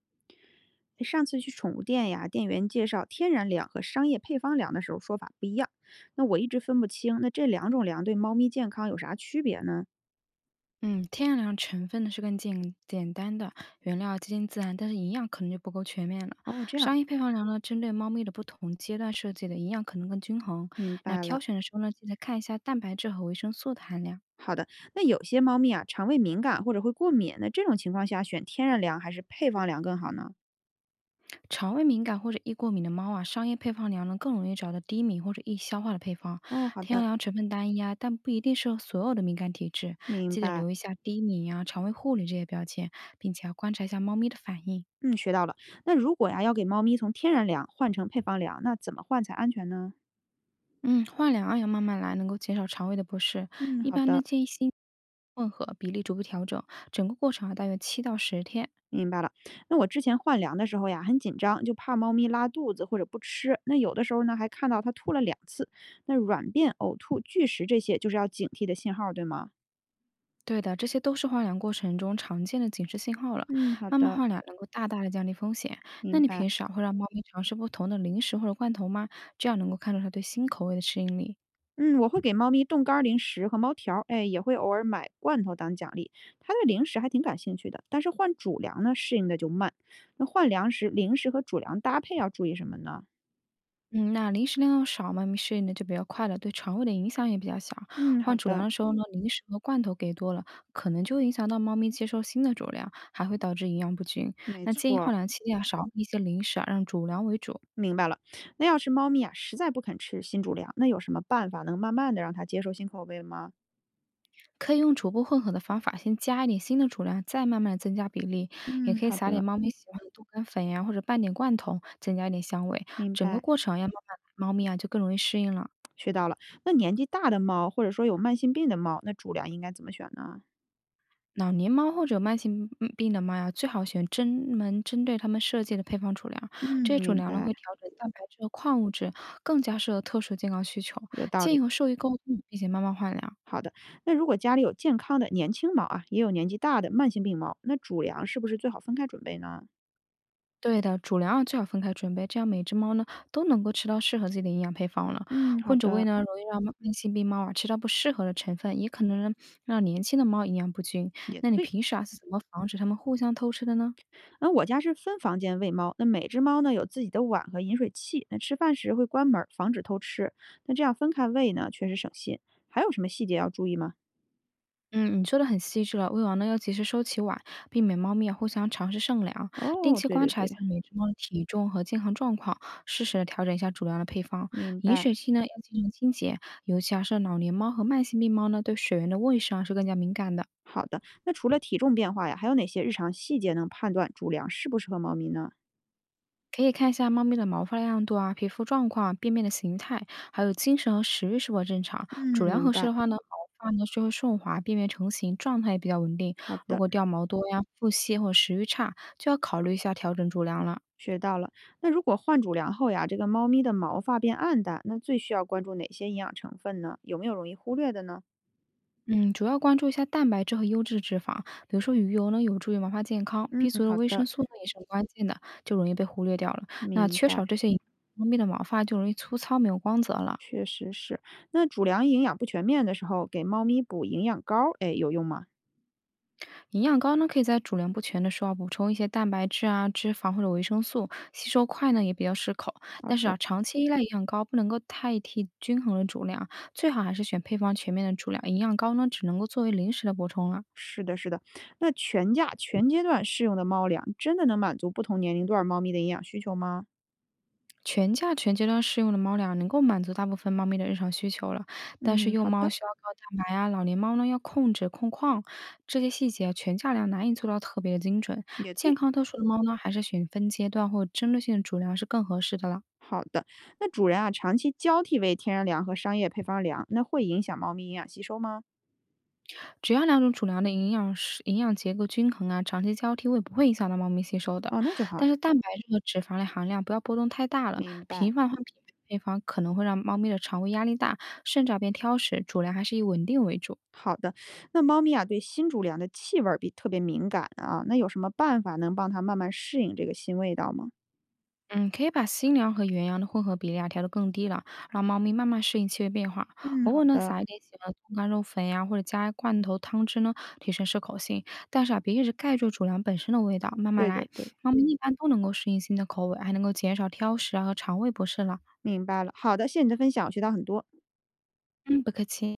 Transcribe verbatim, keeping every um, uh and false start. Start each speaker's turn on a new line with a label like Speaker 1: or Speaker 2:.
Speaker 1: 上次去宠物店呀，店员介绍天然粮和商业配方粮的时候说法不一样，那我一直分不清，那这两种粮对猫咪健康有啥区别呢？
Speaker 2: 嗯，天然粮成分呢是更简简单的，原料接近自然，但是营养可能就不够全面了。
Speaker 1: 哦，这样
Speaker 2: 商业配方粮呢，针对猫咪的不同阶段设计的营养可能更均衡。
Speaker 1: 明
Speaker 2: 那
Speaker 1: 白
Speaker 2: 挑
Speaker 1: 了。
Speaker 2: 选的时候呢，记得看一下蛋白质和维生素的含量。
Speaker 1: 好的，那有些猫咪啊，肠胃敏感或者会过敏，那这种情况下选天然粮还是配方粮更好呢？
Speaker 2: 肠胃敏感或者易过敏的猫啊，商业配方粮呢更容易找到低敏或者易消化的配方。
Speaker 1: 哦，好
Speaker 2: 天然
Speaker 1: 的，
Speaker 2: 粮成分单一啊，但不一定适合所有的敏感体质。
Speaker 1: 明
Speaker 2: 记得
Speaker 1: 白。
Speaker 2: 留意一下低敏啊、肠胃护理这些标签，并且要观察一下猫咪的反应。
Speaker 1: 嗯，学到了。那如果呀要给猫咪从天然粮换成配方粮，那怎么换才安全呢？
Speaker 2: 嗯，化疗啊要慢慢来，能够减少肠胃的不适。
Speaker 1: 嗯，
Speaker 2: 一
Speaker 1: 好
Speaker 2: 般呢，
Speaker 1: 的。
Speaker 2: 建议新混合比例逐步调整，整个过程啊大约七到十天。
Speaker 1: 明白了，那我之前换粮的时候呀，很紧张，就怕猫咪拉肚子或者不吃。那有的时候呢，还看到它吐了两次。那软便、呕吐、拒食这些，就是要警惕的信号，对吗？
Speaker 2: 对的，这些都是化疗过程中常见的警示信号了。
Speaker 1: 嗯，好
Speaker 2: 慢慢
Speaker 1: 的，
Speaker 2: 化疗能够大大的降低风险。那
Speaker 1: 明
Speaker 2: 你
Speaker 1: 白。
Speaker 2: 平时啊会让猫咪尝试不同的零食或者罐头吗？这样能够看出它对新口味的适应力。
Speaker 1: 嗯，我会给猫咪冻干儿零食和猫条儿，哎，也会偶尔买罐头当奖励。它对零食还挺感兴趣的，但是换主粮呢，适应的就慢。那换粮食、零食和主粮搭配要注意什么呢？
Speaker 2: 嗯，那零食量要少咪适应的就比较快了，对肠胃的影响也比较小。
Speaker 1: 嗯，
Speaker 2: 换
Speaker 1: 好
Speaker 2: 主粮
Speaker 1: 的，
Speaker 2: 的时候呢，嗯零食和罐头给多了，可能就会影响到猫咪接受新的主粮，还会导致营养不均。
Speaker 1: 没
Speaker 2: 那建议
Speaker 1: 错
Speaker 2: 换粮期间啊，少一些零食啊，让主粮为主。
Speaker 1: 明白了，那要是猫咪啊，实在不肯吃新主粮，那有什么办法能慢慢的让它接受新口味吗？
Speaker 2: 可以用逐步混合的方法，先加一点新的主粮，再慢慢的增加比例。也
Speaker 1: 嗯，
Speaker 2: 可以
Speaker 1: 好
Speaker 2: 撒点
Speaker 1: 的，
Speaker 2: 猫咪喜欢的豆干粉呀、或者拌点罐头，增加一点香味。
Speaker 1: 明
Speaker 2: 整个
Speaker 1: 白，
Speaker 2: 过程啊要慢慢来猫咪啊就更容易适应了。
Speaker 1: 学到了。那年纪大的猫，或者说有慢性病的猫，那主粮应该怎么选呢？
Speaker 2: 老年猫或者慢性嗯病的猫呀，最好选专门针对它们设计的配方主粮，这些
Speaker 1: 嗯，
Speaker 2: 主
Speaker 1: 明
Speaker 2: 粮呢
Speaker 1: 白，
Speaker 2: 会调整蛋白质和矿物质，更加适合特殊健康需求。
Speaker 1: 有道
Speaker 2: 建议
Speaker 1: 理。
Speaker 2: 和兽医沟通，并且慢慢换粮。
Speaker 1: 好的，那如果家里有健康的年轻猫啊，也有年纪大的慢性病猫，那主粮是不是最好分开准备呢？
Speaker 2: 对的，主粮啊最好分开准备，这样每只猫呢都能够吃到适合自己的营养配方了。
Speaker 1: 嗯，好
Speaker 2: 混着喂
Speaker 1: 的，
Speaker 2: 呢，容易让慢慢性病猫啊吃到不适合的成分，也可能让年轻的猫营养不均。
Speaker 1: 也
Speaker 2: 那你
Speaker 1: 对。
Speaker 2: 平时啊是怎么防止它们互相偷吃的呢？
Speaker 1: 那我家是分房间喂猫，那每只猫呢有自己的碗和饮水器，那吃饭时会关门儿，防止偷吃。那这样分开喂呢，确实省心。还有什么细节要注意吗？
Speaker 2: 嗯，你说的很细致了。喂完呢，要及时收起碗，避免猫咪啊互相尝试剩粮，定
Speaker 1: 哦，
Speaker 2: 期
Speaker 1: 对
Speaker 2: 观
Speaker 1: 对
Speaker 2: 察一
Speaker 1: 对，
Speaker 2: 下每只猫的体重和健康状况，适时的调整一下主粮的配方。
Speaker 1: 明
Speaker 2: 饮
Speaker 1: 白。
Speaker 2: 水器呢要经常清洁，尤其啊是老年猫和慢性病猫呢，对水源的卫生啊是更加敏感的。
Speaker 1: 好的，那除了体重变化呀，还有哪些日常细节能判断主粮适不适合猫咪呢？
Speaker 2: 可以看一下猫咪的毛发亮度啊、皮肤状况啊、便便的形态，还有精神和食欲是否正常。主
Speaker 1: 嗯，
Speaker 2: 粮
Speaker 1: 明
Speaker 2: 合适
Speaker 1: 白。
Speaker 2: 的话呢，毛发呢就会顺滑，便便成型，状态也比较稳定。
Speaker 1: 好
Speaker 2: 如
Speaker 1: 的，
Speaker 2: 果掉毛多呀、腹泻或者食欲差，就要考虑一下调整主粮了。
Speaker 1: 学到了。那如果换主粮后呀，这个猫咪的毛发变暗淡，那最需要关注哪些营养成分呢？有没有容易忽略的呢？
Speaker 2: 嗯，主要关注一下蛋白质和优质脂肪，比如说鱼油呢，有助于毛发健康
Speaker 1: 嗯，
Speaker 2: ；B 族的
Speaker 1: 好
Speaker 2: 维生
Speaker 1: 的，
Speaker 2: 素呢也是很关键的，就容易被忽略掉了。那
Speaker 1: 明
Speaker 2: 缺
Speaker 1: 白。
Speaker 2: 少这些营养猫咪的毛发就容易粗糙，没有光泽了。
Speaker 1: 确实是。那主粮营养不全面的时候，给猫咪补营养膏，哎，有用吗？
Speaker 2: 营养膏呢，可以在主粮不全的时候啊补充一些蛋白质啊、脂肪或者维生素，吸收快呢也比较适口。
Speaker 1: 好
Speaker 2: 但是
Speaker 1: 的，
Speaker 2: 啊，长期依赖营养膏不能够代替均衡的主粮，最好还是选配方全面的主粮。营养膏呢，只能够作为临时的补充了。
Speaker 1: 是的，是的。那全价全阶段适用的猫粮，真的能满足不同年龄段猫咪的营养需求吗？
Speaker 2: 全价全阶段适用的猫粮能够满足大部分猫咪的日常需求了，但是
Speaker 1: 嗯，
Speaker 2: 幼
Speaker 1: 好
Speaker 2: 猫
Speaker 1: 的，
Speaker 2: 需要高蛋白啊，老年猫呢要控制控矿，这些细节啊全价粮难以做到特别的精准。
Speaker 1: 也
Speaker 2: 健
Speaker 1: 对。
Speaker 2: 康特殊的猫呢，还是选分阶段或针对性的主粮是更合适的了。
Speaker 1: 好的，那主人啊，长期交替喂天然粮和商业配方粮，那会影响猫咪营养吸收吗？
Speaker 2: 只要两种主粮的营养是营养结构均衡啊，长期交替喂不会影响到猫咪吸收的。
Speaker 1: 哦，那就好，
Speaker 2: 但是蛋白质和脂肪的含量不要波动太大了，
Speaker 1: 明白。
Speaker 2: 频繁换匹配配方可能会让猫咪的肠胃压力大，甚至啊变挑食。主粮还是以稳定为主。
Speaker 1: 好的，那猫咪啊，对新主粮的气味儿比特别敏感啊，那有什么办法能帮它慢慢适应这个新味道吗？
Speaker 2: 嗯，可以把新粮和原粮的混合比例啊调得更低了，让猫咪慢慢适应气味变化。
Speaker 1: 嗯，
Speaker 2: 偶
Speaker 1: 好
Speaker 2: 尔呢，
Speaker 1: 的。
Speaker 2: 撒一点喜欢的冻干肉粉呀、或者加罐头汤汁呢，提升适口性。但是啊，别一直盖住主粮本身的味道，慢慢
Speaker 1: 对
Speaker 2: 来。
Speaker 1: 的对，
Speaker 2: 猫咪一般都能够适应新的口味，还能够减少挑食啊和肠胃不适了。
Speaker 1: 明白了。好的，谢谢你的分享，我学到很多。
Speaker 2: 嗯，不客气。